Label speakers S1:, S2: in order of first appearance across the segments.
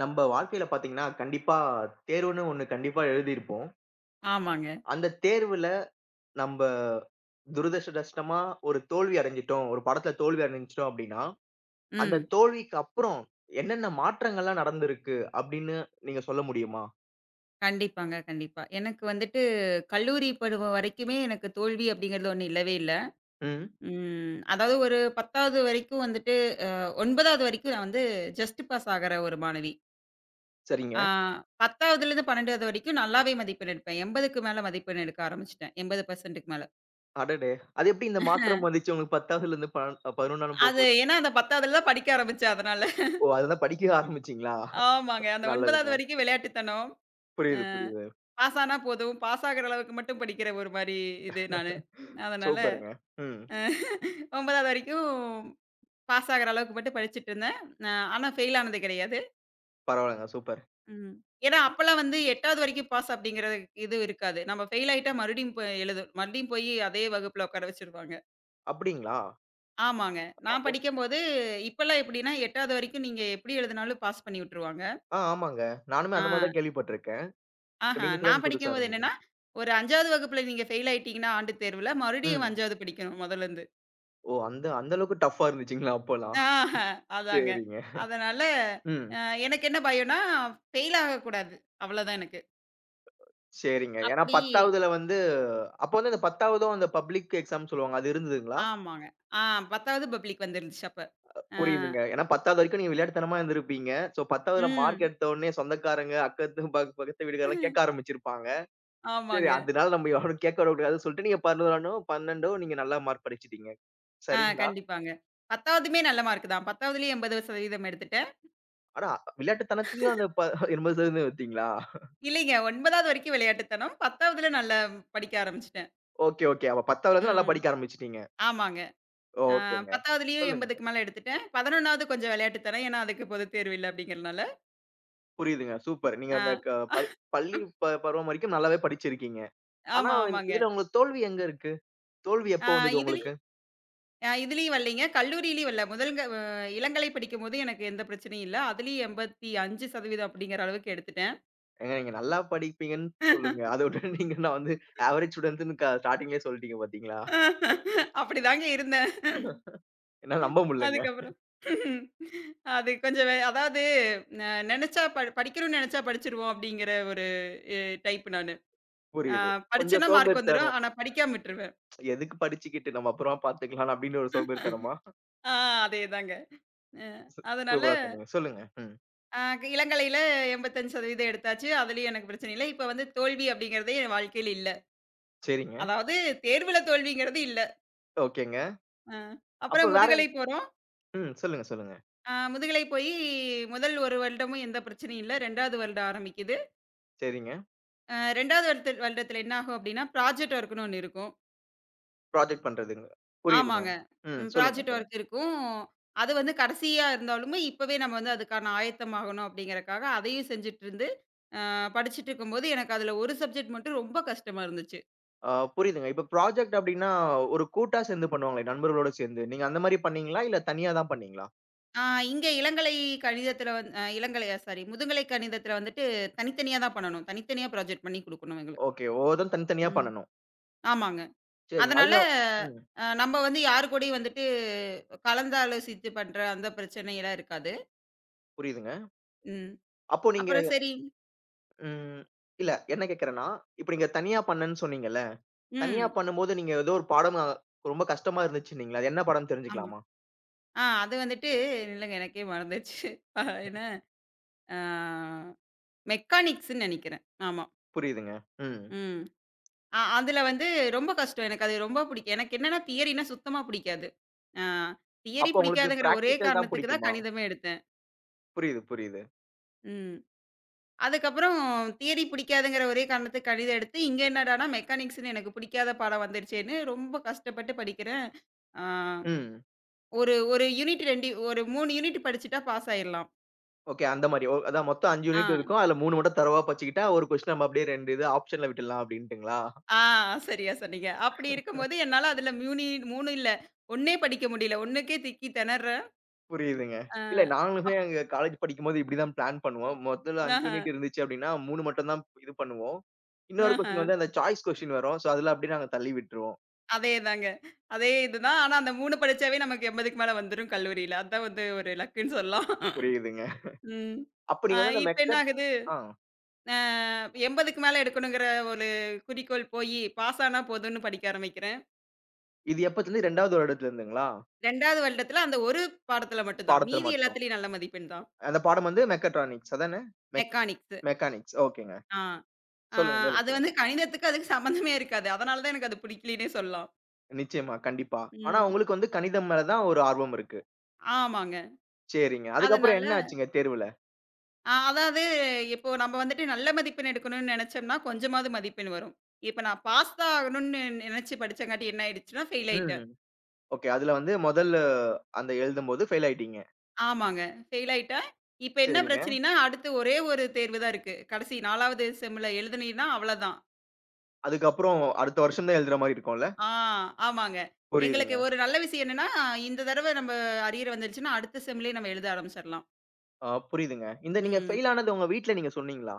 S1: நம்ப வாழ்க்கையில பார்த்தீங்கன்னா, கண்டிப்பா தேர்வுன்னு ஒண்ணு கண்டிப்பா எழுதியிருப்போம்.
S2: ஆமாங்க.
S1: அந்த தேர்வுல நம்ப துரதிர்ஷ்டவசமா ஒரு தோல்வி அடைஞ்சுட்டோம், ஒரு பாடத்துல தோல்வி அடைஞ்சுட்டோம் அப்டின்னா, அந்த
S2: ம்.
S1: தோல்விக்கு அப்புறம் என்னென்ன மாற்றங்கள்லாம் நடந்திருக்கு அப்டின்னு நீங்க சொல்ல முடியுமா?
S2: கண்டிப்பாங்க, கண்டிப்பா. எனக்கு வந்துட்டு கல்லூரி பருவம் வரைக்குமே எனக்கு தோல்வி அப்படிங்கிறது ஒண்ணு இல்லவே இல்ல.
S1: ம்.
S2: ம். அதாவது ஒரு 10வது வரைக்கும் வந்துட்டு அ 9வது வரைக்கும் நான் வந்து ஜஸ்ட் பாஸ் ஆகுற ஒரு மாணவி.
S1: சரிங்க.
S2: ஆ 10வதுலேருந்து 12வது வரைக்கும் நல்லாவே மதிப்பெண் எடுப்பேன். 80க்கு மேல மதிப்பெண் எடுக்க ஆரம்பிச்சுட்டேன். 80% மேல.
S1: அடடே! அது எப்டி இந்த மாற்றம் வந்துச்சு உங்களுக்கு 10வதுலருந்து 11ஆம்
S2: அது
S1: போகும்போது?
S2: ஏன்னா அந்த 10வதுல தான் படிக்க ஆரம்பிச்சேன் அதனால.
S1: ஓ! அதுதான் படிக்கவே ஆரம்பிச்சீங்களா?
S2: ஆமாங்க. அந்த 9வது
S1: நல்லதுங்க.
S2: வரைக்கும் விளையாட்டுத்தனம். அ
S1: புரியுது, புரியுது.
S2: பாஸ் ஆனா போதும். பாஸ் ஆகுற அளவுக்கு மட்டும் படிக்கிற ஒரு மாரி இது நானு. அதனால
S1: சூப்பருங்க. ம்.
S2: அ 9வது வரைக்கும் பாஸ் ஆகுற அளவுக்கு மட்டும் படிச்சுட்டு இருந்தேன். ஆனா ஃபெயில் ஆனது கிடையாது.
S1: பரவால்லங்க. சூப்பர்.
S2: ம். ஏன்னா அப்பலாம் வந்து 8வது வரைக்கும் பாஸ் அப்படிங்கிறது இது இருக்காது. நம்ம ஃபெயில் ஆயிட்டா மறுபடியும் போய் எழுதணும். மறுபடியும் போய் அதே வகுப்புல உட்கார வச்சுருவாங்க.
S1: அப்டிங்களா?
S2: ஆமாங்க.
S1: அ
S2: நான்
S1: ஒ
S2: படிக்கும்போது இப்பலாம் எப்படின்னா 8வது வரைக்கும் நீங்க எப்படி எழுதினாலும் பாஸ் பண்ணி விட்டுருவாங்க.
S1: ஆ, ஆமாங்க. நானுமே
S2: ஆ.
S1: அந்த மாரி தான் கேள்விப்பட்டுருக்கேன். இப்ப
S2: ஆஹா.
S1: நீங்க சொல்ல
S2: நான்
S1: எனக்கு புதுசா
S2: படிக்கும்போது
S1: இருந்தது.
S2: என்னன்னா, ஒரு 5வது வகுப்புல நீங்க ஃபெயில் ஆயிட்டீங்கன்னா ஆண்டு தேர்வுல, மறுபடியும்
S1: ம்.
S2: 5வது படிக்கணும் மொதலருந்து.
S1: ஓ! அந்த அந்த அளவுக்கு டஃப்பா இருந்துச்சுங்களா அப்பலாம்?
S2: ஆஹ! அதாங்க.
S1: சரிங்க.
S2: அதனால
S1: ம்.
S2: அ எனக்கு என்ன பயம்ன்னா, ஃபெயில் ஆகக்கூடாது. அவ்வளோதான் எனக்கு.
S1: சரிங்க. ஏன்னா
S2: அப்படி
S1: 10வதுல வந்து அப்ப வந்து அந்த 10வதும் அந்த பப்ளிக் எக்ஸாம் சொல்லுவாங்க. அது இருந்ததுங்களா?
S2: ஆமாங்க. ஆ 10வது பப்ளிக் வந்துருந்துச்சு அப்ப. ஆ,
S1: புரியுதுங்க. ஏன்னா 10வது வரைக்கும் நீங்க விளையாட்டுத்தனமா இருந்திருப்பீங்க. சோ 10வதுல மார்க்
S2: ம்.
S1: எடுத்த உடனே சொந்தக்காரங்க, அக்கத்து பக்கத்து வீடுகாரலாம் கேட்க ஆரம்பிச்சிருப்பாங்க. சரி
S2: ஆமாங்க.
S1: அதனால நம்ம யாரும் கேட்க விடக்கூடாதுன்னு சொல்லிட்டு நீங்க 11னோ 12ஓ நீங்க நல்லா மார்க் படிச்சுட்டீங்க. சரிங்களா?
S2: கண்டிப்பாங்க. 10வதுமே நல்ல மார்க் தான். 10வதுலயும் 80% எடுத்துட்டேன்.
S1: ஆனா விளையாட்டுத்தனத்துலயும் அந்த 80% வந்தீங்களா?
S2: இல்லைங்க 9வது வரைக்கும் விளையாட்டுத்தனம். 10வதுல நல்லா படிக்க ஆரம்பிச்சுட்டேன்.
S1: Okay, okay. அப்ப 10வதுலருந்து நல்லா
S2: ம்.
S1: படிக்க ஆரம்பிச்சுட்டீங்க.
S2: ஆமாங்க. ஆ
S1: ஓகேங்க.
S2: 10வதுலயும்
S1: சொல்லுங்க,
S2: 80க்கு
S1: சொல்லுங்க.
S2: மேல எடுத்துட்டேன். 11வது கொஞ்சம் விளையாட்டுத்தனம். ஏன்னா, அதுக்கு பொதுத் தேர்வு இல்ல அப்படிங்கிறனால.
S1: புரியுதுங்க. சூப்பர். நீங்க அந்த
S2: ஆ,
S1: க பள் பள்ளி பருவம் வரைக்கும் நல்லாவே படிச்சிருக்கீங்க. ஆனா
S2: ஆமா, ஆமாங்க.
S1: இதுல உங்களுக்கு தோல்வி எங்க இருக்கு? தோல்வி
S2: ஆ
S1: எப்போ வந்தது உங்களுக்கு?
S2: இதுலயும் அ இதுலயும் வரலைங்க. கல்லூரியிலயும் வரல. முதல்க இளங்கலை படிக்கும்போது எனக்கு எந்த பிரச்சனையும் இல்ல. அதுலயும் 85% அப்படிங்கிற அளவுக்கு எடுத்துட்டேன்.
S1: ஏங்க நீங்க நல்லா படிப்பீங்கன்னு சொல்லுங்க. அதோட நான் வந்து ஆவரேஜ் ஸ்டூடண்ட்ன்னு ஸ்டார்ட்டிங்லயே சொல்லிட்டீங்க பாத்தீங்களா?
S2: அப்படிதாங்க இருந்தேன்.
S1: என்னால நம்ப முடியலங்க.
S2: அதுக்கப்புறம் அது கொஞ்சம் வே அதாவது ந நெனச்சா ப படிக்கணும்னு நெனச்சா படிச்சுருவோம் அப்படிங்கிற ஒரு அ டைப் நானு. அ
S1: புரியுது. கொஞ்சம்
S2: படிச்சேன்னா மார்க் வந்துரும்.
S1: சோம்பேறித்தனம்.
S2: ஆனா படிக்காம விட்டுருவேன்.
S1: எதுக்கு படிச்சுக்கிட்டு நம்ம அப்புறமா பாத்துக்கலாம் அப்படின்னு ஒரு சோம்பேறித்தனமா?
S2: ஆ அதேதாங்க. அ
S1: சூ
S2: அதனால
S1: சூப்பரா சொன்னீங்க. சொல்லுங்க. ம்.
S2: அ இளங்கலையில 85% எடுத்தாச்சு. அதுலயும் எனக்கு பிரச்சனை இல்ல. இப்ப வந்து தோல்வி அப்படிங்கிறதே என் வாழ்க்கையில இல்ல.
S1: சரிங்க.
S2: அதாவது தேர்வுல தோல்விங்கிறது இல்ல.
S1: ஓகேங்க.
S2: ஆ.
S1: அப்ப
S2: அப்புறம்
S1: வேற.
S2: முதுகலை போறோம்.
S1: ம். சொல்லுங்க, சொல்லுங்க.
S2: முதுகலை போயி முதல் 1 வருடமும் எந்த பிரச்சனையும் இல்ல. 2வது வருடம் ஆரம்பிக்குது.
S1: சரிங்க.
S2: 2வது வருடத்துல என்ன ஆகும் அப்டின்னா, ப்ராஜெக்ட் ஒர்க்ன்னு ஒண்ணு இருக்கும்.
S1: ப்ராஜெக்ட் பண்றதுங்க. புரியுதுங்க.
S2: ஆமாங்க.
S1: ம்.
S2: ம்,
S1: சொல்லுங்க,
S2: ப்ராஜெக்ட்
S1: சொல்லுங்க.
S2: ஒர்க் இருக்கும். அது வந்து கடைசியா இருந்தாலுமே, இப்பவே நம்ம வந்து அதுக்கான ஆயத்தமாகணும் அப்டிங்கறக்காக அதையும் செஞ்சுட்ருந்து, படிச்சுட்ருக்கும்போது எனக்கு அதுல ஒரு சப்ஜெக்ட் மட்டும் ரொம்ப கஷ்டமா இருந்துச்சு.
S1: ஆ, புரியுதுங்க. இப்ப ப்ராஜெக்ட் அப்டின்னா, ஒரு கூட்டா சேர்ந்து பண்ணுவாங்களே நண்பர்களோட சேர்ந்து. நீங்க அந்த மாரி பண்ணீங்களா? இல்ல தனியா தான் பண்ணீங்களா?
S2: ஆ இங்க இளங்கலை கணிதத்துல வந் இளங்கலை சாரி முதுகலை கணிதத்துல வந்துட்டு தனித்தனியா தான் பண்ணணும். தனித்தனியா ப்ராஜெக்ட் பண்ணி குடுக்கணும் எங்களுக்கு.
S1: ஓகே. ஒவ்வொருத்தரும் தனித்தனியா
S2: ம்.
S1: பண்ணணும்.
S2: ஆமாங்க.
S1: சரிங்க.
S2: அதனால
S1: அதுல. ம்.
S2: நம்ம வந்து யாரு கூடயும் வந்துட்டு கலந்தாலோசித்து பண்ற அந்த பிரச்சனையெல்லாம் இருக்காது.
S1: புரியுதுங்க.
S2: ம்.
S1: அப்போ நீங்க.
S2: அப்புறம் சரி.
S1: ம். இல்ல என்ன கேட்கிறேன்னா, இப்ப நீங்க தனியா பண்ணேன்னு சொன்னீங்கல்ல. தனியா
S2: ம்.
S1: பண்ணும்போது நீங்க ஏதோ ஒரு பாடம் ரொம்ப கஷ்டமா இருந்துச்சுன்னீங்களே. அது என்ன பாடம்னு
S2: ஆமா.
S1: தெரிஞ்சுக்கலாமா?
S2: அது வந்துட்டு இல்லங்க எனக்கே மறந்துருச்சு. அ என்ன ஆ மெக்கானிக்ஸ்ன்னு நெனைக்கிறேன். ஆமா.
S1: புரியுதுங்க. ம்.
S2: ம். அதுல வந்து ரொம்ப கஷ்டம். எனக்கு அது ரொம்ப பிடிக்கும். எனக்கு என்னன்னா தியரினா சுத்தமா பிடிக்காது. ஆ தியரி
S1: அப்போ உங்களுக்கு
S2: பிடிக்காதுங்கிற ஒரே
S1: பிராக்டிகல் தான்
S2: காரணத்துக்கு தான்
S1: புடிக்குமா?
S2: கணிதமே எடுத்தேன்.
S1: புரியுது, புரியுது.
S2: ம். அதுக்கப்புறம் தியரி பிடிக்காதுங்கிற ஒரே காரணத்துக்கு கணிதம் எடுத்து, இங்க என்னடான்னா மெக்கானிக்ஸ்ன்னு எனக்கு பிடிக்காத பாடம் வந்துருச்சேன்னு ரொம்ப கஷ்டப்பட்டு படிக்கிறேன். ஆ
S1: ம்.
S2: ஒரு 1 யூனிட் 2 ஒரு 3 யூனிட் படிச்சுட்டா பாஸ் ஆயிரலாம்.
S1: ஓகே. அந்த மாரி. ஓ அதான் மொத்தம் 5
S2: ஆ,
S1: யூனிட் இருக்கும். அதுல 3 மட்டும் தரோவா படிச்சுக்கிட்டா, ஒரு கொஸ்டின் நம்ம அப்டியே 2 இது ஆப்ஷன்ல விட்டுடலாம் அப்டின்ட்டுங்களா?
S2: ஆ சரியா சொன்னீங்க. அப்படி இருக்கும்போது என்னால அதுல மியூனி 3 இல்ல, 1னே படிக்க முடியல. 1க்கே திக்கி திணர்றேன்.
S1: புரியுதுங்க.
S2: ஆ
S1: இல்ல நாங்களுமே
S2: அப்
S1: அங்க காலேஜ் படிக்கும்போது இப்படிதான் பிளான் பண்ணுவோம். மொதல்ல 5
S2: ஆஹ,
S1: யூனிட் இருந்துச்சு அப்படின்னா, 3 மட்டும் தான் இது பண்ணுவோம். இன்னொரு
S2: ஆஹ.
S1: கொஸ்டின் வந்து அந்த சாய்ஸ் கொஸ்டின் வரும். சோ அதுல அப்படியே நாங்க தள்ளி விட்டுருவோம்.
S2: அதேதாங்க. அதே இதுதான். ஆனா அந்த 3 படிச்சாவே நமக்கு 80க்கு மேல வந்துரும் கல்லூரியில. அதான் வந்து ஒரு லக்குன்னு சொல்லலாம்.
S1: புரியுதுங்க.
S2: ம்.
S1: அப்ப
S2: ஆ
S1: நீங்க வந்து அந்த
S2: இப்ப என்ன
S1: மெக்கட்
S2: ஆகுது,
S1: ஆ
S2: அ 80க்கு மேல எடுக்கணுங்கிற ஒரு குறிக்கோள் போயி, பாஸ் ஆனா போதும்னு படிக்க ஆரம்பிக்கிறேன்.
S1: இது எப்பத்துலருந்து 2வது வருடத்துல இருந்துங்களா?
S2: 2வது வருடத்துல அந்த ஒரு பாடத்துல மட்டும் தான்.
S1: பாடத்துல
S2: மீதி
S1: மட்டும்.
S2: எல்லாத்துலயும் நல்ல மதிப்பெண் தான்.
S1: அந்த பாடம் வந்து மெக்கட்ரானிக்ஸ் அதானே? Mech
S2: mechanics.
S1: மெக்கானிக்ஸ். ஓகேங்க.
S2: ஆ. ஆ
S1: சொல்லுங்க. மேலும்
S2: அது
S1: சொல்லுங்க.
S2: வந்து கணிதத்துக்கு அதுக்கு சம்மந்தமே இருக்காது. அதனால தான் எனக்கு அது பிடிக்கலன்னே சொல்லலாம்.
S1: நிச்சயமா, கண்டிப்பா. ஆனா
S2: ம்.
S1: உங்களுக்கு வந்து கணிதம் மேல தான் ஒரு ஆர்வம் இருக்கு.
S2: ஆமாங்க.
S1: சரிங்க. அதுக்கப்புறம்
S2: அதனால
S1: என்ன ஆச்சுங்க தேர்வுல?
S2: அதாவது இப்போ நம்ம வந்துட்டு நல்ல மதிப்பெண் எடுக்கணும்னு நெனச்சோம்னா, கொஞ்சமாவது மதிப்பெண் வரும். இப்ப நான் பாஸ் தான் ஆகணும்னு நெனச்சு படிச்சங்காட்டி என்ன ஆயிடுச்சுன்னா, ஃபெயில் ஆயிட்டேன்.
S1: ம். ஓகே. அதுல வந்து முதல் அந்த எழுதும்போது ஃபெயில் ஆயிட்டீங்க.
S2: ஆமாங்க. ஃபெயில் ஆயிட்டேன். இப்ப என்ன
S1: சரிங்க.
S2: பிரச்சனைன்னா, அடுத்து ஒரே ஒரு தேர்வு தான் இருக்கு. கடைசி 4வது செம்ல எழுதுனீன்னா அவ்வளதான்.
S1: அதுக்கப்புறம் அடுத்த வருஷம் தான் எழுதுற மாரி இருக்கும்ல?
S2: ஆ, ஆமாங்க. எங்களுக்கு
S1: புரியுதுங்க.
S2: ஒரு நல்ல விஷயம் என்னன்னா, இந்த தடவ நம்ம அரியர் வந்துருச்சுன்னா, அடுத்த செம்லயே நம்ம எழுத ஆரம்பிச்சிரலாம்.
S1: ஆ, புரியுதுங்க. இந்த நீங்க
S2: ம்.
S1: ஃபெயில் ஆனது உங்க வீட்ல நீங்க சொன்னீங்களா?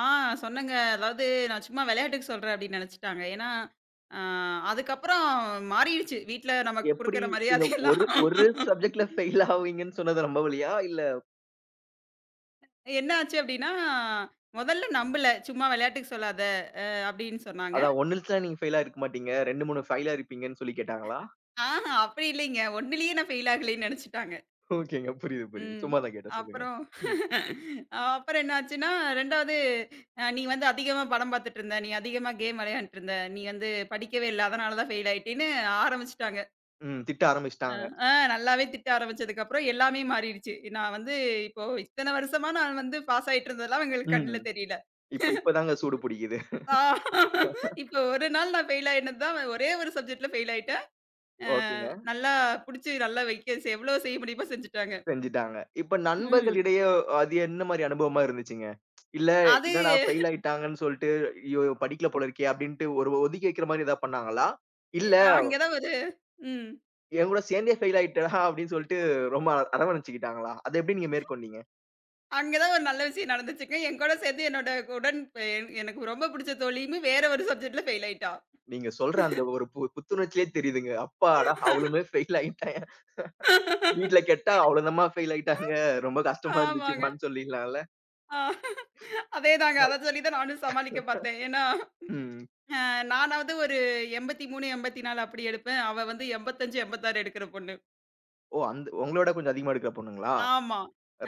S2: ஆ சொன்னேங்க. அதாவது நான் சும்மா விளையாட்டுக்கு சொல்றேன் அப்படின்னு நெனச்சுட்டாங்க. ஏன்னா, ஆ அதுக்கப்புறம் மாறிடுச்சு. வீட்ல நமக்கு
S1: எப்படி
S2: குடுக்குற
S1: நீங்க
S2: மரியாதையெல்லாம்.
S1: ஒரு ஒரு சப்ஜெக்ட்ல ஃபெயில் ஆவீங்கன்னு சொன்னது ரொம்ப வழியா? இல்ல,
S2: என்ன ஆச்சு அப்படின்னா, முதல்ல நம்பல. சும்மா விளையாட்டுக்கு சொல்லாத அப்படின்னு சொன்னாங்க.
S1: அதான் 1ல நீங்க ஃபெயிலா இருக்க மாட்டீங்க. 2, 3 ஃபெயிலா இருப்பீங்கன்னு சொல்லி கேட்டாங்களா?
S2: ஆஹா! அப்படி இல்லைங்க. ஒண்ணுலயே நான் ஃபெயில் ஆகலைன்னு நெனச்சுட்டாங்க.
S1: ஓகேங்க. புரியுது, புரியுது.
S2: ம்.
S1: சும்மா தான் கேட்டேன். சொல்லுங்க.
S2: அப்புறம்
S1: ம்.
S2: அஹ் அப்புறம் என்னாச்சுன்னா 2வது, "நீ வந்து அதிகமா படம் பாத்துட்டு இருந்த, நீ அதிகமா கேம் விளையாண்ட்டு இருந்த, நீ வந்து படிக்கவே இல்ல. அதனால தான் ஃபெயில் ஆயிட்டேன்னு" ஆரம்பிச்சுட்டாங்க.
S1: ம். திட்ட
S2: அ
S1: ஆரம்பிச்சுட்டாங்க.
S2: ஆ நல்லாவே திட்ட ஆரம்பிச்சதுக்கப்புறம் எல்லாமே மாறிடுச்சு. நான் வந்து இப்போ இத்தன வருஷமா நான் வந்து பாஸ் ஆயிட்டு இருந்ததெல்லாம் அவங்களுக்கு கண்ணுல
S1: ம்.
S2: தெரியல.
S1: இப்ப இப்ப தாங்க சூடு பிடிக்குது.
S2: ஆ இப்போ ஒரு நாள் நான் ஃபெயில் ஆயினது தான், ஒரே ஒரு சப்ஜெக்ட்ல ஃபெயில் ஆயிட்டேன். அ
S1: ஓகேங்க.
S2: நல்லா புடிச்சு நல்லா வைக்க எவ்வளோ செய்ய முடியுமோ செஞ்சுட்டாங்க.
S1: செஞ்சுட்டாங்க. இப்ப
S2: ம்.
S1: நண்பர்களிடையே அது என்ன மாரி அனுபவமா இருந்துச்சுங்க? இல்ல,
S2: அது
S1: "என்னடா ஃபெயில் ஆயிட்டாங்கன்னு சொல்லிட்டு, ஐயோ! படிக்கல போல இருக்கே" அப்படின்ட்டு ஒரு ஒதுக்கி வைக்கிற மாரி ஏதாவது பண்ணாங்களா? இல்ல,
S2: அங்க தான் ஒரு ம்.
S1: "என் கூட சேர்ந்தே ஃபெயில் ஆயிட்டடா" அப்படின்னு சொல்லிட்டு ரொம்ப அரவணைச்சுக்கிட்டாங்களா? அத எப்படி நீங்க மேற்கொண்டீங்க?
S2: அங்க தான் ஒரு நல்ல விஷயம் நடந்துச்சுங்க. என் கூட சேர்ந்து என்னோட உடன் எ எனக்கு ரொம்ப பிடிச்ச தோழியுமே வேற ஒரு சப்ஜெக்ட்ல ஃபெயில் ஆயிட்டா.
S1: நீங்க சொல்ற அந்த ஒரு புத்துணர்ச்சியிலே தெரியுதுங்க. "அப்பாடா! அவளுமே ஃபெயில் ஆயிட்டாங்க. வீட்ல கேட்டா அவ்வளவுதாம்மா ஃபெயில் ஆயிட்டாங்க. ரொம்ப கஷ்டமா
S2: ஆமாங்க.
S1: இருந்துச்சும்மான்னு" சொல்லிடலாம்ல.
S2: ஆ அதேதாங்க.
S1: நல்
S2: அத சொல்லி தான் நானும் சமாளிக்க பார்த்தேன். ஏன்னா,
S1: ம்.
S2: நானாவது ஒரு 83, 84 அப்படி எடுப்பேன். அவ வந்து 85, 86 எடுக்கிற பொண்ணு.
S1: ஓ! அந்த உங்களோட கொஞ்சம் அதிகமா எடுக்கிற பொண்ணுங்களா?
S2: ஆமா.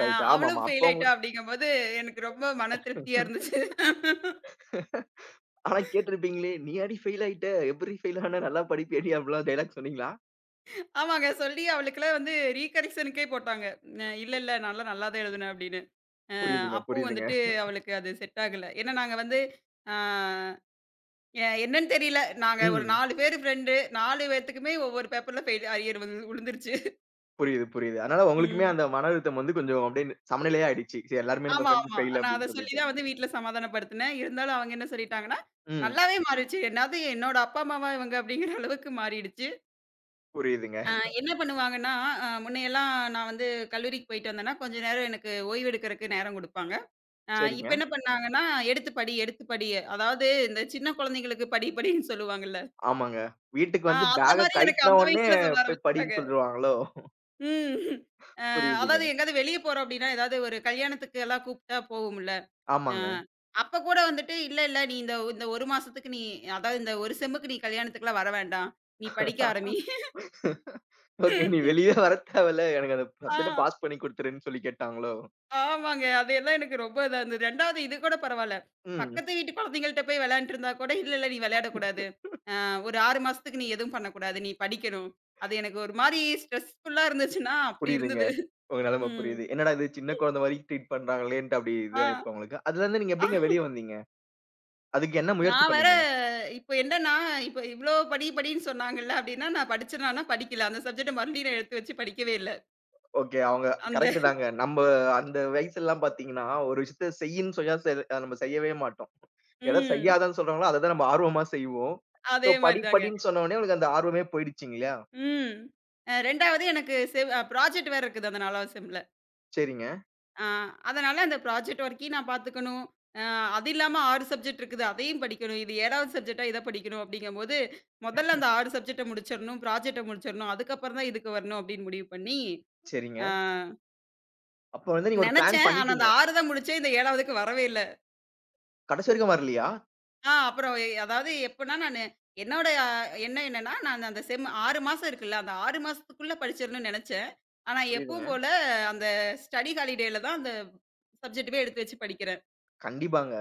S2: அ
S1: ரைட்.
S2: அவளும்
S1: ஆமாமா.
S2: ஃபெயில்
S1: அப்ப உங்க.
S2: ஆயிட்டா அப்படிங்கும்போது எனக்கு ரொம்ப மன திருப்தியா இருந்துச்சு.
S1: ஆனா கேட்டிருப்பீங்களே! "நீயாடி ஃபெயில் ஆயிட்ட? எப்புட்ரி ஃபெயில் ஆன? நல்லா படிப்பியாடி?" அப்டிலாம் டயலாக் சொன்னீங்களா?
S2: ஆமாங்க. சொல்லி அவளுக்கெல்லாம் வந்து ரீகரெக்ஷனுக்கே போட்டாங்க. "இல்ல, இல்ல நான்லாம் நல்லா தான் எழுதுனேன்" அப்படின்னு.
S1: புரியுதுங்க,
S2: அப்போ
S1: புரியுதுங்க.
S2: வந்துட்டு அவளுக்கு அது செட் ஆகல. ஏன்னா நாங்க வந்து ஆ எ என்னன்னு தெரியல. நாங்க ஒரு
S1: ம்.
S2: 4 பேரு ஃப்ரெண்டு. 4 பேத்துக்குமே ஒவ்வொரு பேப்பர்ல ஃபெயில் அரியர் விழுந்துருச்சு.
S1: புரியுது, புரியுது. அதனால உங்களுக்குமே
S2: ம்.
S1: அந்த மன அழுத்தம் வந்து கொஞ்சம் அப்டியே சமநிலையா ஆயிடுச்சு. சரி, எல்லாருமே நம்ம
S2: ஆமா,
S1: ஃப்ரெண்ட்
S2: ஆமா.
S1: ஃபெயில்
S2: நான் அத
S1: அப்டின்னு
S2: சொல்லி
S1: சொல்லிட்டு.
S2: தான் வந்து வீட்ல சமாதானப்படுத்தினேன். இருந்தாலும் அவங்க என்ன சொல்லிட்டாங்கன்னா,
S1: ம்.
S2: நல்லாவே மாறிடுச்சு. என்னாது என்னோட அப்பா அம்மாவா இவங்க அப்படிங்கிற அளவுக்கு மாறிடுச்சு.
S1: புரியுதுங்க.
S2: அ என்ன பண்ணுவாங்கன்னா, முன்னையெல்லாம் நான் வந்து கல்லூரிக்கு போயிட்டு வந்தேன்னா, கொஞ்ச நேரம் எனக்கு ஓய்வு எடுக்கிறக்கு நேரம் குடுப்பாங்க. இப்ப
S1: சரிங்க.
S2: என்ன பண்ணாங்கன்னா, "எடுத்து படி, எடுத்து படி." அதாவது இந்த சின்ன குழந்தைங்களுக்கு படி படின்னு சொல்லுவாங்கல்ல.
S1: ஆமாங்க. வீட்டுக்கு வந்து
S2: அந்த
S1: பேக்க
S2: மாரி எனக்கு
S1: கழட்டுன
S2: அந்த
S1: உடனே
S2: வயசுல சொல்ல
S1: போய்
S2: ஆரம்பிச்சுட்டாங்க.
S1: படின்னு சொல்லிருவாங்களோ?
S2: ம். அ
S1: புரியுது.
S2: அதாவது எங்கயாவது வெளிய போறோம் அப்டின்னா, ஏதாவது ஒரு கல்யாணத்துக்கு எல்லாம் கூப்ட்டா போவோம்ல. அ
S1: ஆமாங்க.
S2: அப்ப கூட வந்துட்டு, "இல்ல, இல்ல நீ இந்த இந்த 1 மாசத்துக்கு நீ அதாவது இந்த 1 செம்முக்கு நீ கல்யாணத்துக்குலாம் வர வேண்டாம். நீ படிக்க ஆரம்பி."
S1: ஓகே. "நீ வெளியே வர தேவல்ல. எனக்கு அந்த
S2: ஆ.
S1: சப்ஜெக்ட்ட பாஸ் பண்ணி குடுத்துருன்னு" சொல்லி கேட்டாங்களோ?
S2: ஆமாங்க. அது எல்லாம் எனக்கு ரொம்ப இதா இருந்தது. 2வது இது கூட பரவால்ல.
S1: ம்.
S2: பக்கத்து வீட்டு குழந்தைங்கள்ட்ட போய் விளையாண்ட்டு இருந்தா கூட, "இல்ல, இல்ல நீ விளையாடக்கூடாது. அ ஒரு 6 மாசத்துக்கு நீ எதுவும் பண்ணக்கூடாது. நீ படிக்கணும்." அது எனக்கு ஒரு மாரி ஸ்ட்ரெஸ்ஃபுல்லா இருந்துச்சுன்னா, அப்படி
S1: புரியுதுங்க.
S2: இருந்தது.
S1: உங்க நெலம
S2: ம்.
S1: புரியுது. என்னடா இது சின்ன குழந்தை மாரி ட்ரீட் பண்றாங்களேன்ட்டு அப்படி இது
S2: ஆ.
S1: ஆயிருக்கும் உங்களுக்கு. அதுலருந்து நீங்க
S2: ஆ
S1: எப்படிங்க வெளிய வந்தீங்க? அதுக்கு என்ன முயற்சி
S2: நான் வேற,
S1: பண்ணீங்க?
S2: இப்ப என்னன்னா, இப்ப இவ்ளோ படி படின்னு சொன்னாங்கல்ல அப்படின்னா, நான் படிச்சேனான்னா படிக்கல. அந்த சப்ஜெக்ட்ட மறுபடியும் நான் எடுத்து வச்சு படிக்கவே இல்ல.
S1: ஓகே. அவங்க
S2: அந்த
S1: கரெக்ட் தாங்க. நம்ப அந்த வயசுலலாம் பார்த்தீங்கன்னா, ஒரு விஷயத்த செய்யின்னு சொன்னா அத நம்ம செய்யவே மாட்டோம். எத
S2: ம்.
S1: செய்யாதன்னு சொல்றாங்களோ, அத தான் நம்ம ஆர்வமா செய்வோம்.
S2: அதே
S1: ஸோ
S2: மாரி
S1: படி
S2: தாங்க.
S1: படின்னு சொன்னோனே உங்களுக்கு அந்த ஆர்வமே போயிடுச்சு இல்லையா?
S2: ம். 2வது எனக்கு செவ் ப்ராஜெக்ட் வேற இருக்குது அந்த 4வது செம்ல.
S1: சரிங்க,
S2: ஆ, அதனால அந்த ப்ராஜெக்ட் ஒர்க்கையும் நான் பார்த்துக்கணும். அ அது இல்லாம 6 சப்ஜெக்ட் இருக்குது. அதையும் படிக்கணும். இது 7வது சப்ஜெக்ட்டா இத படிக்கணும் அப்படிங்கும்போது, முதல்ல அந்த 6 சப்ஜெக்ட்ட முடிச்சிரணும். ப்ராஜெக்ட்ட முடிச்சிரணும். அதுக்கப்புறம் தான் இதுக்கு வரணும் அப்படின்னு முடிவு பண்ணி, ஆ
S1: சரிங்க. அப்ப வந்து நீங்க ஒரு பிளான்
S2: நெனச்சேன். ஆனா
S1: பண்ணிட்டீங்க.
S2: அந்த 6 தான் முடிச்சேன். இந்த 7வதுக்கு வரவே இல்ல.
S1: கடைசி வரைக்கும் வரலையா?
S2: அப்புறம் அதாவது எப்பன்னா நானு என்னோட எண்ணம் என்னன்னா, நான் அந்த செம் 6 மாசம் இருக்குல்ல, அந்த 6 மாசத்துக்குள்ள படிச்சிரணும்னு நெனச்சேன். ஆனா
S1: புரியுதுங்க.
S2: எப்பவும் போல அந்த ஸ்டடி ஹாலிடேல தான் அந்த சப்ஜெக்ட்டுமே எடுத்து வச்சு படிக்கிறேன்.
S1: கண்டிப்பாங்க.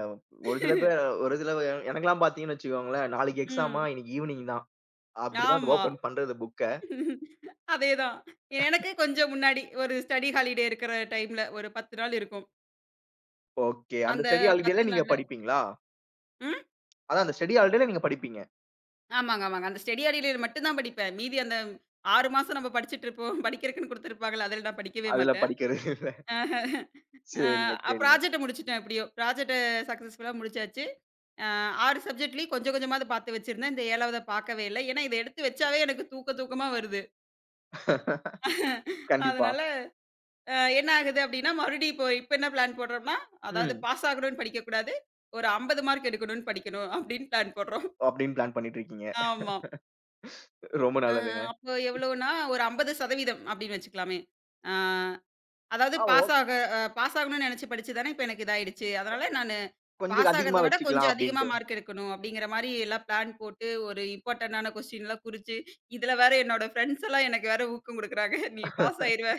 S1: ஒரு சில பேர் ஒரு சில எனக்கெல்லாம் பார்த்தீங்கன்னு வச்சுக்கோங்களேன், நாளைக்கு எக்ஸாமா
S2: ம்.
S1: இன்னைக்கு ஈவ்னிங் தான். அப்படிதான் அது
S2: ஆமா.
S1: ஓப்பன் பண்றது புக்க.
S2: அதேதான். எனக்கு கொஞ்சம் முன்னாடி ஒரு ஸ்டடி ஹாலிடே இருக்கிற டைம்ல ஒரு 10 நாள் இருக்கும்.
S1: ஓகே. அந்த
S2: அந்த
S1: ஸ்டடி
S2: 10
S1: ஹாலிடேல நீங்க
S2: நாள்ல
S1: படிப்பீங்களா?
S2: ம்.
S1: அதான் அந்த ஸ்டடி ஹாலிடேல நீங்க படிப்பீங்க.
S2: ஆமாங்க, ஆமாங்க. அந்த ஸ்டடி ஹாலிடேல மட்டும் தான் படிப்பேன். மீதி அந்த 6 மாசம் நம்ம படிச்சுட்டு இருப்போம். படிக்கிறக்குன்னு குடுத்துருப்பாங்கல்ல, அதில நான் படிக்கவே
S1: அதுல
S2: மாட்டேன்.
S1: படிக்கிறது இல்ல.
S2: ஆஹ.
S1: சரிங்க, சரிங்க.
S2: ப்ராஜெக்ட்ட முடிச்சுட்டேன் எப்படியோ. ப்ராஜெக்ட்ட சக்சஸ்ஃபுல்லா முடிச்சாச்சு. அ 6 சப்ஜெக்ட்லயும் கொஞ்சம் கொஞ்சமாவது பார்த்து வச்சிருந்தேன். இந்த 7வத பார்க்கவே இல்ல. ஏன்னா, இத எடுத்து வச்சாவே எனக்கு தூக்கமா வருது.
S1: கண்டிப்பா.
S2: அதனால என்ன ஆகுது அப்டின்னா, மறுபடியும் இப்போ இப்ப என்ன பிளான் போடுறோம்னா, அதாவது
S1: ம்.
S2: பாஸ் ஆகணும்னு படிக்கக்கூடாது. ஒரு 50 மார்க் எடுக்கணும்னு படிக்கணும் அப்டின்னு பிளான் போடுறோம்.
S1: அப்படின்னு பிளான் பண்ணிட்டு இருக்கீங்க.
S2: ஆமா.
S1: ரொம்ப
S2: அ
S1: நல்லதுங்க.
S2: அப்போ எவ்வளோன்னா, ஒரு 50% அப்டின்னு வச்சுக்கலாமே. அ அதாவது
S1: ஆ, ஓ,
S2: பாஸ் ஆக அ பாஸ் ஆகணும்னு நெனச்சு படிச்சு தானே இப்ப எனக்கு இதாயிடுச்சு. அதனால நானு
S1: கொஞ்சம்
S2: பாஸ் ஆகுறத
S1: அதிகமா
S2: விட
S1: வச்சுக்கலாம்
S2: கொஞ்சம் அதிகமா
S1: அப்படின்ட்டு.
S2: மார்க் எடுக்கணும் அப்டிங்கிற மாரி எல்லாம் பிளான் போட்டு, ஒரு இம்பார்ட்டன்டான கொஸ்டின்லாம் குறிச்சு, இதுல வேற என்னோட ஃப்ரெண்ட்ஸ் எல்லாம் எனக்கு வேற ஊக்கம் குடுக்குறாங்க. நீ பாஸ் ஆயிருவ.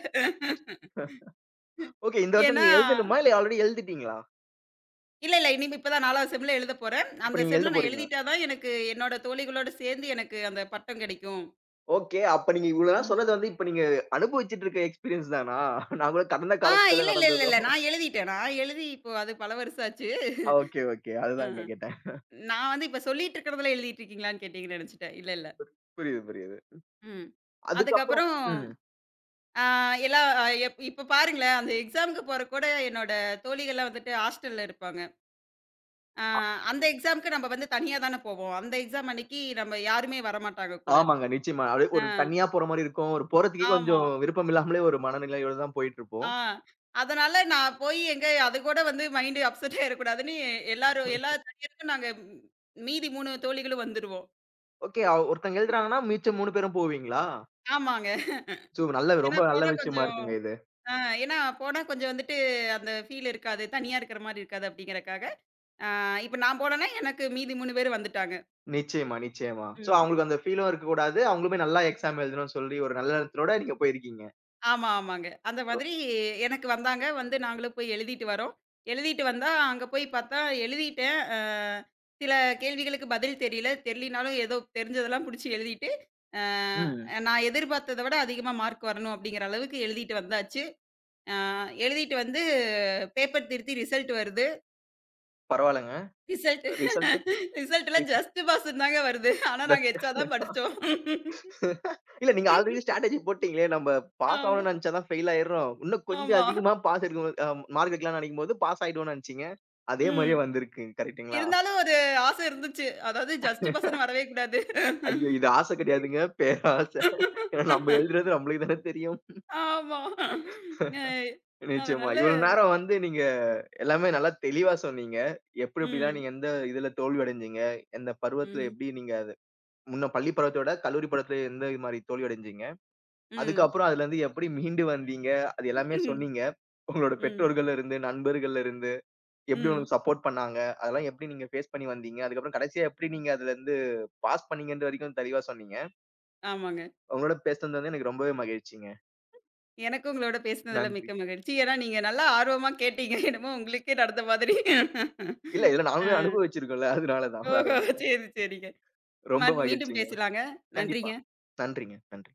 S1: ஓகே. இந்த வருஷம்
S2: ஏன்னா
S1: நீங்க எழுதணுமா? இல்ல ஆல்ரெடி எழுதிட்டீங்களா?
S2: இல்ல, இல்ல. இனிமே இப்ப தான் 4வது செம்ல எழுதப் போறேன்.
S1: இப்ப
S2: அந்த
S1: நீங்க எழுத
S2: செம்ல நான்
S1: போறீங்க.
S2: எழுதிட்டா தான் எனக்கு என்னோட தோழிகளோட சேர்ந்து எனக்கு அந்த பட்டம் கிடைக்கும்.
S1: ஓகே. அப்ப நீங்க இவ்வளவு நேரம்
S2: ம்.
S1: சொன்னது வந்து இப்ப நீங்க அனுபவிச்சுட்டு இருக்க எக்ஸ்பீரியன்ஸ் தானா? நான் கூட கடந்த
S2: ஆ
S1: காலத்துல
S2: இல்ல, இல்ல, இல்ல, இல்ல.
S1: நடந்ததும்.
S2: நான் எழுதிட்டேன். நான் எழுதி இப்போ அது பல வருஷம் ஆச்சு.
S1: Okay, okay. அதுதான் இங்க
S2: ம்ஹ்ம்.
S1: கேட்டேன்.
S2: நான் வந்து இப்ப சொல்லிட்டு இருக்கிறதுல எழுதிட்டு இருக்கீங்களான்னு கேட்டீங்கன்னு நெனச்சுட்டேன். இல்ல, இல்ல.
S1: புரியுது, புரியுது.
S2: ம்.
S1: அதுக்கப்புறம்.
S2: அதுக்கப்புறம்
S1: ம்.
S2: ஆ எல்லா ஆ, எப் இப்ப பாருங்களேன், அந்த எக்ஸாம்க்கு போறக்கு கூட என்னோட தோழிகள்லாம் வந்துட்டு ஹாஸ்டல்ல இருப்பாங்க. ஆ அந்த எக்ஸாம்க்கு நம்ம வந்து தனியா தானே போவோம். அந்த எக்ஸாம் அன்னைக்கு நம்ம யாருமே வரமாட்டாங்க கூட.
S1: ஆமாங்க. நிச்சயமா. அப்படியே
S2: ஆ
S1: ஒரு தனியா போற மாரி இருக்கும். ஒரு போறதுக்கே
S2: ஆமா.
S1: கொஞ்சம் விருப்பம் இல்லாமலே ஒரு மனநிலையோட தான் போயிட்டுருப்போம்.
S2: ஆ. அதனால நான் போய் எங்க அது கூட வந்து மைண்ட் அப்செட் ஆயிறக்கூடாதுன்னு எல்லாரும் எல்லா தனியாருக்கும் நாங்க ம், மீதி 3 தோழிகளும் வந்துருவோம்.
S1: ஓகே. ஒருத்தங்க எழுதுறாங்கன்னா, மிச்சம் 3 பேரும் போவீங்களா?
S2: ஆமாங்க.
S1: சோ நல்ல,
S2: ஏன்னா
S1: ரொம்ப நல்ல
S2: போனா
S1: விஷயமா
S2: கொஞ்சம்
S1: இருக்குங்க இது.
S2: ஆ ஏன்னா போனா கொஞ்சம் வந்துட்டு அந்த ஃபீல் இருக்காது. தனியா இருக்கிற மாரி இருக்காது அப்படிங்கிறக்காக, இப்ப நான் போனேன்னா எனக்கு மீதி 3 பேர் வந்துட்டாங்க.
S1: நிச்சயமா, நிச்சயமா. சோ
S2: ம்.
S1: அவங்களுக்கு அந்த ஃபீலும் இருக்கக்கூடாது. அவங்களுமே நல்லா எக்ஸாம் எழுதணும்னு சொல்லி ஒரு நல்ல எண்ணத்தோட நீங்க போயிருக்கீங்க.
S2: ஆமா, ஆமாங்க. அந்த
S1: ரொ
S2: மாதிரி எனக்கு வந்தாங்க. வந்து நாங்களும் போய் எழுதிட்டு வரோம். எழுதிட்டு வந்தா, அங்க போய் பார்த்தா எழுதிட்டேன். சில கேள்விகளுக்கு பதில் தெரியல. தெரியலினாலும் ஏதோ தெரிஞ்சதெல்லாம் புடிச்சு எழுதிட்டு, அ
S1: ம்.
S2: நான் எதிர்பார்த்தத விட அதிகமா மார்க் வரணும் அப்படிங்கிற அளவுக்கு எழுதிட்டு வந்தாச்சு. அ எழுதிட்டு வந்து பேப்பர் திருத்தி ரிசல்ட் வருது.
S1: பரவால்லங்க.
S2: ரிசல்ட்
S1: ரிசல்ட்
S2: ரிசல்ட்ல ஜஸ்ட் பாஸ்ன்னு தாங்க வருது. ஆனா நாங்க
S1: ஜஸ்ட்
S2: எச்சா தான் படிச்சோம்.
S1: இல்ல, நீங்க ஆல்ரெடி ஸ்ட்ராட்டஜி போட்டீங்களே! நம்ம பாஸ்
S2: ஆமா,
S1: ஆகணும்னு நெனச்சா தான் ஃபெயில் ஆயிடுறோம். இன்னும் கொஞ்சம்
S2: ஆமா.
S1: அதிகமா பாஸ் எடுக்கணும் மார்க் எடுக்கலாம்னு நெனைக்கும்போது பாஸ் ஆயிடுவோம்னு நெனச்சீங்க. அதே மாரியே
S2: ம்.
S1: வந்திருக்கு. கரெக்ட்டுங்களா?
S2: இருந்தாலும் ஒரு ஆசை இருந்துச்சு. அதாவது ஜஸ்ட் பஸ்ன்னு வரவே கூடாது.
S1: ஐயோ! இது ஆசை கிடையாதுங்க. பேராசை. ஏன்னா நம்ம எழுதுறது நம்மளுக்கு தானே தெரியும்.
S2: ஆமா. அ
S1: நிச்சயமா.
S2: அதனால
S1: இவ்வளவு நேரம் வந்து நீங்க எல்லாமே நல்லா தெளிவா சொன்னீங்க. எப்படி எப்படிலாம்
S2: ம்.
S1: நீங்க எந்த இதுல தோல்வி அடைஞ்சீங்க? எந்த பருவத்துல
S2: ம்.
S1: எப்படி நீங்க அது முன்ன பள்ளி பருவத்த விட கல்லூரி பருவத்துல எந்த மாரி தோல்வி அடைஞ்சீங்க?
S2: ம்.
S1: அதுக்கப்புறம் அதுலருந்து எப்படி மீண்டு வந்தீங்க? அது எல்லாமே
S2: ம்.
S1: சொன்னீங்க. உங்களோட
S2: ம்.
S1: பெற்றோர்கள்ல இருந்து, நண்பர்கள்ல இருந்து எப்படி
S2: ம்
S1: உங்களுக்கு சப்போர்ட் பண்ணாங்க? அதெல்லாம் எப்படி நீங்க ஃபேஸ் பண்ணி வந்தீங்க? அதுக்கப்புறம் கடைசியா எப்படி நீங்க அதுலருந்து பாஸ் பண்ணீங்கன்ற வரைக்கும் தெளிவா சொன்னீங்க.
S2: ஆமாங்க.
S1: உங்களோட பேசுனது வந்து எனக்கு ரொம்பவே மகிழ்ச்சிங்க.
S2: எனக்கு உங்களோட பேசினதுல
S1: நன்றி.
S2: மிக்க மகிழ்ச்சி. ஏன்னா நீங்க நல்லா ஆர்வமா கேட்டீங்க. என்னமோ உங்களுக்கே நடந்த மாதிரி.
S1: இல்ல, இதுல நானுமே
S2: அ
S1: அனுபவிச்சிருக்கோம்ல. அதனால தான். வேற
S2: ஓஹோ!
S1: ஒண்ணும் இல்ல.
S2: சரி, சரிங்க. ம
S1: ரொம்ப
S2: மீண்டும்
S1: மகிழ்ச்சிங்க.
S2: பேசலாங்க.
S1: கண்டிப்பா.
S2: நன்றிங்க.
S1: நன்றிங்க. நன்றி.